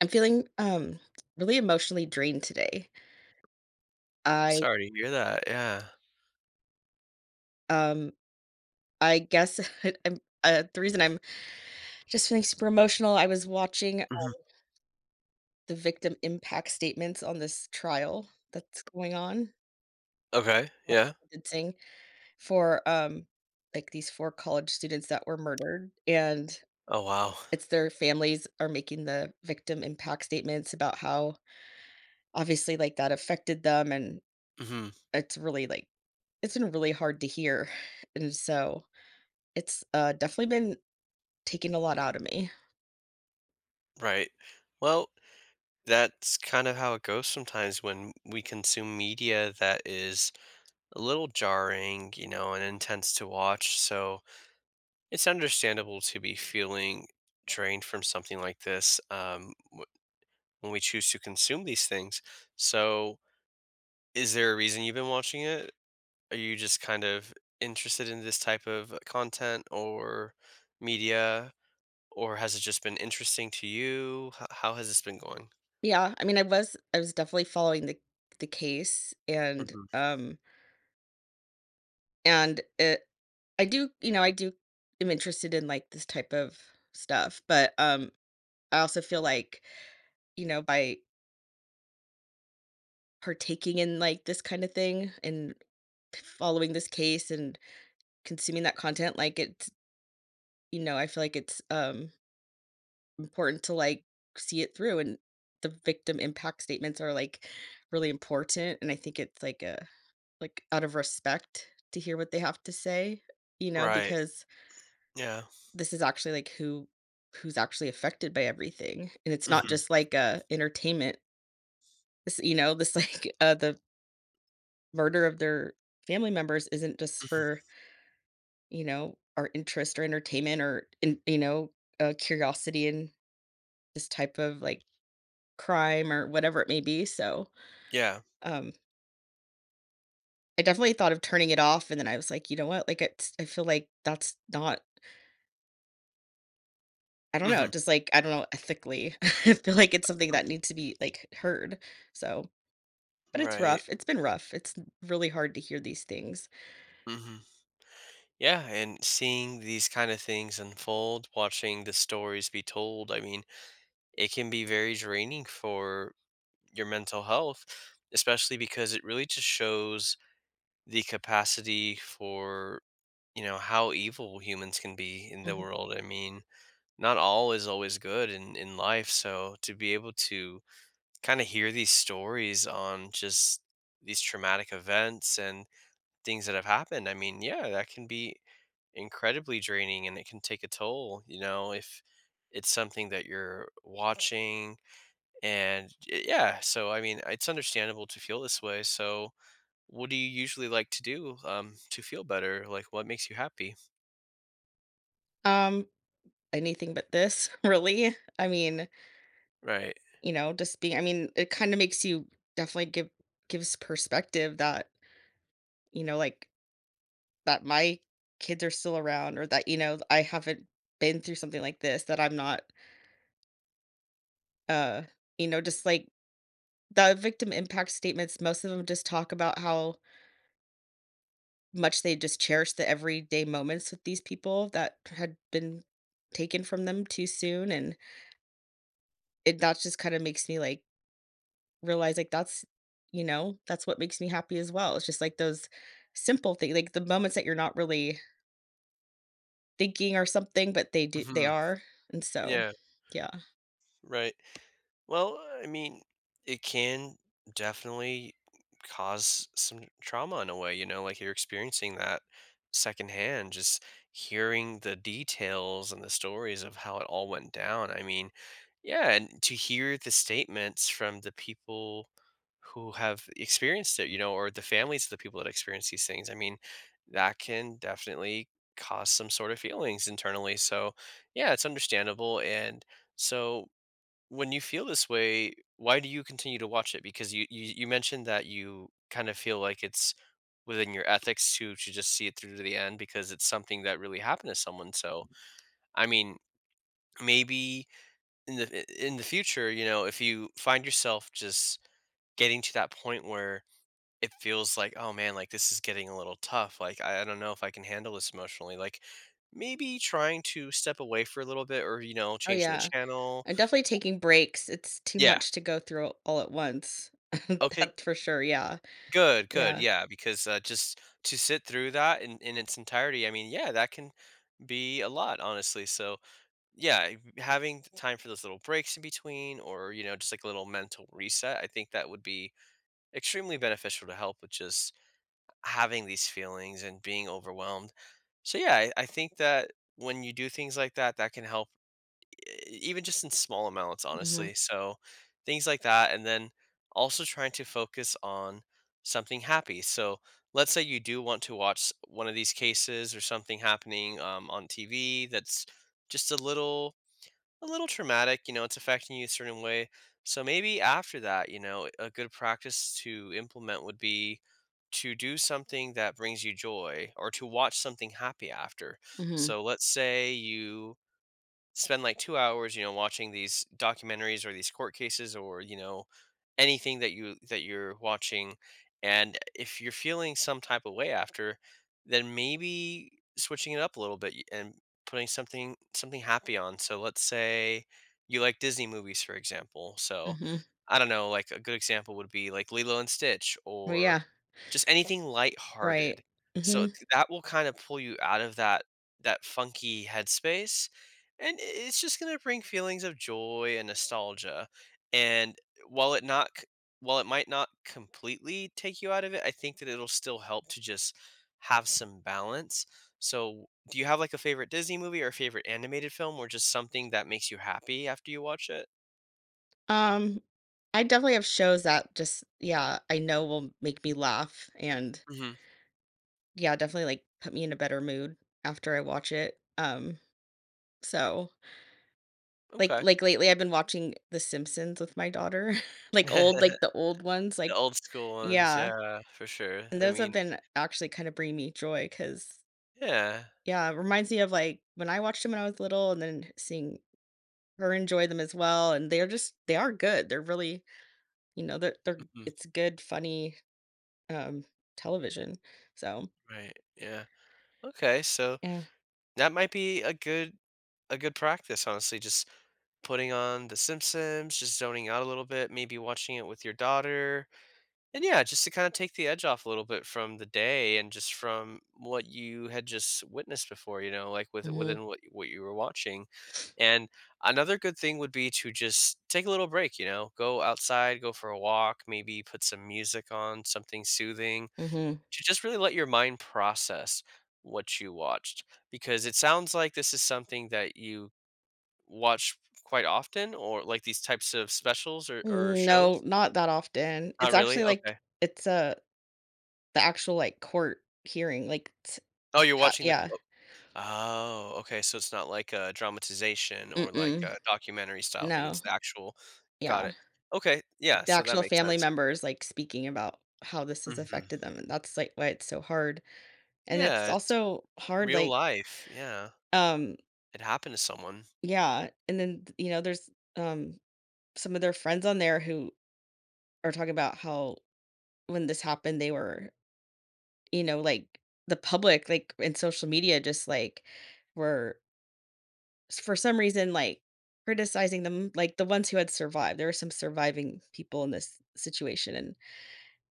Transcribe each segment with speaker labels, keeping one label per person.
Speaker 1: I'm feeling really emotionally drained today. I
Speaker 2: Sorry to hear that, yeah.
Speaker 1: um I guess I'm the reason I'm just feeling super emotional. I was watching
Speaker 2: Mhm.
Speaker 1: the victim impact statements on this trial that's going on,
Speaker 2: Okay,
Speaker 1: uh,
Speaker 2: yeah.
Speaker 1: sentencing for like these four college students that were murdered. And
Speaker 2: Oh, wow.
Speaker 1: it's their families are making the victim impact statements about how obviously like that affected them. And
Speaker 2: Mhm,
Speaker 1: it's really like it's been really hard to hear. And so it's, definitely been taking a lot out of me.
Speaker 2: right. Well, that's kind of how it goes sometimes when we consume media that is a little jarring, and intense to watch, so it's understandable to be feeling drained from something like this, w when we choose to consume these things. So, is there a reason you've been watching it? Are you just kind of interested in this type of content or media? Or has it just been interesting to you? H how has this been going?
Speaker 1: Yeah, I mean, I was definitely following the case
Speaker 2: Mhm.
Speaker 1: and it. I do, you know, I do am interested in, like, this type of stuff, but, I also feel like, you know, by partaking in, like, this kind of thing and following this case and consuming that content, like, it's, you know, I feel like it's, important to, like, see it through. And the victim impact statements are, like, really important, and I think it's, like, a like, out of respect to hear what they have to say, you know,
Speaker 2: Right.
Speaker 1: because
Speaker 2: Yeah.
Speaker 1: this is actually, like, who who's actually affected by everything, and it's not
Speaker 2: Mhm.
Speaker 1: just, like, entertainment. This, you know, this, like, the murder of their family members isn't just
Speaker 2: Mhm.
Speaker 1: for, you know, our interest or entertainment or, in, you know, curiosity in this type of like crime or whatever it may be. So,
Speaker 2: Yeah.
Speaker 1: um, I definitely thought of turning it off, and then I was like, you know what? Like, it's, I feel like that's not. I don't know.
Speaker 2: Mhm.
Speaker 1: Just like I don't know ethically. I feel like it's something
Speaker 2: Oh.
Speaker 1: that needs to be like heard. So, but it's
Speaker 2: Right.
Speaker 1: rough. It's been rough. It's really hard to hear these things.
Speaker 2: Mhm. Yeah, and seeing these kinda things unfold, watching the stories be told, I mean, it can be very draining for your mental health, especially because it really just shows the capacity for, how evil humans can be in the
Speaker 1: Mhm.
Speaker 2: world. I mean, not all is always good in life, so to be able to kind of hear these stories on just these traumatic events and things that have happened. I mean, yeah, that can be incredibly draining and it can take a toll, if it's something that you're watching. And yeah, so I mean, it's understandable to feel this way. So, what do you usually like to do to feel better? Like, what makes you happy?
Speaker 1: Um, anything but this, really. I mean,
Speaker 2: Right.
Speaker 1: you know, just being, I mean, it kinda makes you definitely gives perspective that, you know, like, that my kids are still around, or that, you know, I haven't been through something like this, that I'm not, uh, you know, just like the victim impact statements, most of them just talk about how much they just cherish the everyday moments with these people that had been taken from them too soon. And it that just kinda makes me, like, realize like that's, you know, that's what makes me happy as well. It's just like those simple things, like the moments that you're not really thinking or something, but they do, they
Speaker 2: Hmm.
Speaker 1: are. And so
Speaker 2: Yeah.
Speaker 1: yeah.
Speaker 2: Right. Well, I mean, it can definitely cause some trauma in a way, like you're experiencing that secondhand, just hearing the details and the stories of how it all went down. I mean, yeah, and to hear the statements from the people who have experienced it, or the families of the people that experience these things, I mean, that can definitely cause some sort of feelings internally. So, yeah, it's understandable. And so, when you feel this way, why do you continue to watch it? Because you mentioned that you kind of feel like it's within your ethics to just see it through to the end because it's something that really happened to someone. So I mean, maybe in the future, if you find yourself just getting to that point where it feels like, oh man, like this is getting a little tough. Like I don't know if I can handle this emotionally. Like maybe trying to step away for a little bit or
Speaker 1: Oh
Speaker 2: changing the
Speaker 1: yeah,
Speaker 2: channel.
Speaker 1: I'm definitely taking breaks. It's too
Speaker 2: Yeah.
Speaker 1: much to go through all at once.
Speaker 2: Okay.
Speaker 1: That's for sure. Yeah.
Speaker 2: Good, good,
Speaker 1: Yeah.
Speaker 2: yeah, because, just to sit through that in its entirety, I mean, yeah, that can be a lot, honestly, so, yeah, if having the time for those little breaks in between or, just, like, a little mental reset, I think that would be extremely beneficial to help with just having these feelings and being overwhelmed. So, yeah, I think that when you do things like that, that can help even just in small amounts,
Speaker 1: Hmm.
Speaker 2: honestly. So, things like that, and then also trying to focus on something happy. So, let's say you do want to watch one of these cases or something happening on TV that's just a little traumatic. It's affecting you a certain way. So maybe after that, a good practice to implement would be to do something that brings you joy or to watch something happy after.
Speaker 1: Hmm.
Speaker 2: So let's say you spend like 2 hours, watching these documentaries or these court cases or, anything that you're watching, and if you're feeling some type of way after, then maybe switching it up a little bit y and putting something happy on. So let's say you like Disney movies, for example. So,
Speaker 1: Hmm.
Speaker 2: I don't know, like, a good example would be, like, Lilo& and Stitch
Speaker 1: Well,
Speaker 2: or
Speaker 1: yeah.
Speaker 2: just anything
Speaker 1: Right.
Speaker 2: lighthearted. So
Speaker 1: Hmm.
Speaker 2: th that will kinda pull you out of that funky headspace, and it's just going to bring feelings of joy and nostalgia. And while it not c- while it might not completely take you out of it, I think that it'll still help to just have some balance. So do you have like a favorite Disney movie or a favorite animated film or just something that makes you happy after you watch it?
Speaker 1: um I definitely have shows that just, yeah, I know will make me laugh and,
Speaker 2: Hmm.
Speaker 1: yeah, definitely, like, put me in a better mood after I watch it, so like
Speaker 2: Okay.
Speaker 1: like, lately, I've been watching The Simpsons with my daughter, like, old,
Speaker 2: The
Speaker 1: like, the old ones, like,
Speaker 2: old school ones,
Speaker 1: yeah.
Speaker 2: yeah, for sure,
Speaker 1: And
Speaker 2: I
Speaker 1: those have
Speaker 2: mean,
Speaker 1: been actually kinda bringing me joy because,
Speaker 2: yeah.
Speaker 1: yeah, it reminds me of, like, when I watched them when I was little, and then seeing her enjoy them as well. And they're just they are good, they're really, you know, they're
Speaker 2: Mhm,
Speaker 1: it's good, funny, um, television, so
Speaker 2: right, yeah, okay, so
Speaker 1: yeah.
Speaker 2: that might be a good practice, honestly, just putting on The Simpsons, just zoning out a little bit, maybe watching it with your daughter. And yeah, just to kind of take the edge off a little bit from the day and just from what you had just witnessed before, like with
Speaker 1: Mhm,
Speaker 2: within what you were watching. And another good thing would be to just take a little break, go outside, go for a walk, maybe put some music on, something soothing,
Speaker 1: mhm.
Speaker 2: to just really let your mind process what you watched, because it sounds like this is something that you watch quite often, or like these types of specials or
Speaker 1: Mm, no,
Speaker 2: shows?
Speaker 1: not that often.
Speaker 2: Not
Speaker 1: It's
Speaker 2: really?
Speaker 1: actually, like
Speaker 2: Okay.
Speaker 1: it's, a the actual, like, court hearing, like, t
Speaker 2: Oh, you're
Speaker 1: ha
Speaker 2: watching the
Speaker 1: yeah.
Speaker 2: oh, Oh, okay, so it's not like a dramatization or like
Speaker 1: Mm-mm.
Speaker 2: a documentary style thing. It's
Speaker 1: No.
Speaker 2: the actual. Got
Speaker 1: Yeah.
Speaker 2: it. Okay, yeah,
Speaker 1: The
Speaker 2: so that
Speaker 1: actual
Speaker 2: makes
Speaker 1: family
Speaker 2: sense.
Speaker 1: members, like, speaking about how this has
Speaker 2: Mhm.
Speaker 1: affected them, and that's, like, why it's so hard. And it's
Speaker 2: Yeah, it's
Speaker 1: also hard,
Speaker 2: real
Speaker 1: like,
Speaker 2: life. Yeah.
Speaker 1: um
Speaker 2: It happened to someone.
Speaker 1: yeah. And then, you know, there's, um, some of their friends on there who are talking about how when this happened, they were, you know, like, the public, like, in social media just, like, were s- for some reason like criticizing them, like the ones who had survived. There were some surviving people in this situation, and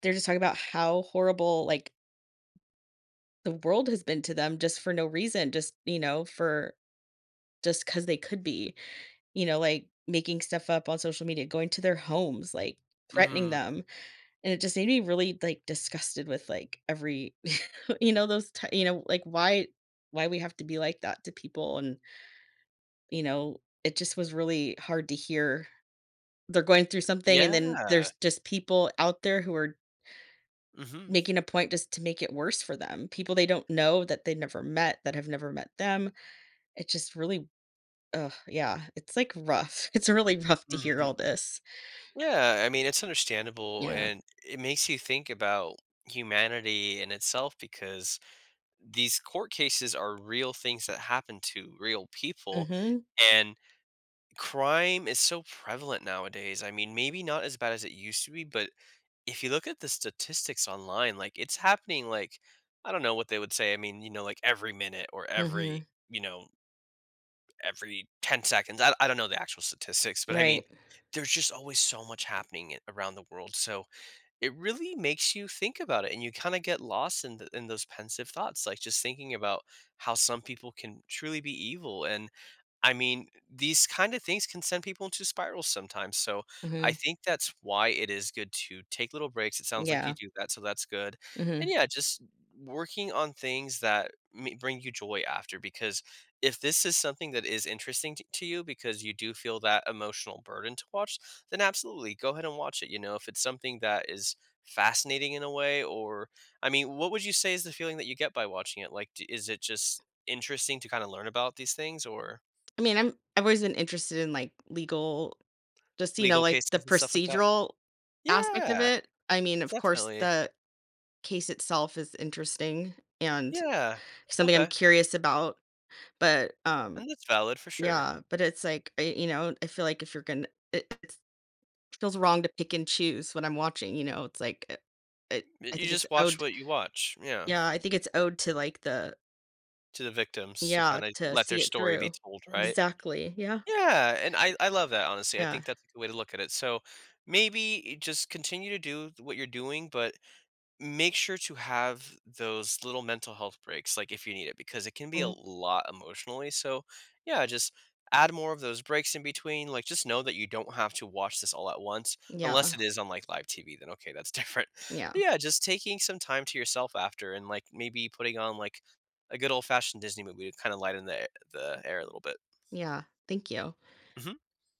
Speaker 1: they're just talking about how horrible like the world has been to them just for no reason, just, you know, for just because they could be, you know, like making stuff up on social media, going to their homes, like threatening
Speaker 2: Mhm.
Speaker 1: them. And it just made me really like disgusted with like every you know, those t- you know, like why we have to be like that to people. And, you know, it just was really hard to hear. They're going through something, and then
Speaker 2: Yeah.
Speaker 1: there's just people out there who are
Speaker 2: Mhm.
Speaker 1: making a point just to make it worse for them. People they don't know, that they never met, that have never met them. It just really ugh, yeah, it's, like, rough. It's really rough to hear
Speaker 2: Mhm.
Speaker 1: all this.
Speaker 2: Yeah, I mean, it's understandable
Speaker 1: Yeah.
Speaker 2: and it makes you think about humanity in itself because these court cases are real things that happen to real people,
Speaker 1: Mhm.
Speaker 2: and crime is so prevalent nowadays. I mean, maybe not as bad as it used to be, but if you look at the statistics online, like it's happening like, I don't know what they would say. I mean, like every minute or every,
Speaker 1: Mhm.
Speaker 2: you know, every 10 seconds. I don't know the actual statistics, but I mean,
Speaker 1: Right.
Speaker 2: there's just always so much happening around the world. So it really makes you think about it and you kind of get lost in those pensive thoughts, like just thinking about how some people can truly be evil. And I mean, these kind of things can send people into spirals sometimes, so I
Speaker 1: Mhm.
Speaker 2: think that's why it is good to take little breaks. It sounds like you
Speaker 1: Yeah.
Speaker 2: do that, so that's good, and
Speaker 1: Mhm.
Speaker 2: yeah, just working on things that me bring you joy after, because if this is something that is interesting t to you because you do feel that emotional burden to watch, then absolutely, go ahead and watch it, you know? If it's something that is fascinating in a way, or I mean, what would you say is the feeling that you get by watching it? Like, d is it just interesting to kinda learn about these things, or
Speaker 1: I mean, I've always been interested in, like, legal, just, you know,
Speaker 2: Legal
Speaker 1: like, the
Speaker 2: cases and stuff like that?
Speaker 1: procedural aspect of
Speaker 2: Yeah,
Speaker 1: it. I mean, of course,
Speaker 2: definitely.
Speaker 1: the case itself is interesting and
Speaker 2: Yeah,
Speaker 1: something I'm
Speaker 2: okay,
Speaker 1: curious about. But,
Speaker 2: and that's valid for sure.
Speaker 1: yeah, but it's like, I, you know, I feel like if you're gonna it's feels wrong to pick and choose when I'm watching. You know, it's like, it
Speaker 2: Y
Speaker 1: I
Speaker 2: you
Speaker 1: think it's
Speaker 2: just watch
Speaker 1: owed,
Speaker 2: what you watch, yeah,
Speaker 1: yeah, I think it's owed to, like, the,
Speaker 2: to the victims to
Speaker 1: yeah,
Speaker 2: kinda
Speaker 1: to
Speaker 2: let their
Speaker 1: see it
Speaker 2: story be
Speaker 1: through.
Speaker 2: told, right?
Speaker 1: Exactly, yeah,
Speaker 2: Yeah, and I love that, honestly, I
Speaker 1: yeah,
Speaker 2: think that's a good way to look at it, so, maybe just continue to do what you're doing, but make sure to have those little mental health breaks, like, if you need it, because it can be a
Speaker 1: mm,
Speaker 2: lot emotionally, so, yeah, just add more of those breaks in between. Like, just know that you don't have to watch this all at once, unless
Speaker 1: yeah,
Speaker 2: it is on, like, live TV, then, okay, that's different. But,
Speaker 1: yeah,
Speaker 2: yeah, just taking some time to yourself after and, like, maybe putting on, like, a good old-fashioned Disney movie to kinda lighten the air a little bit.
Speaker 1: yeah, thank you.
Speaker 2: Mhm.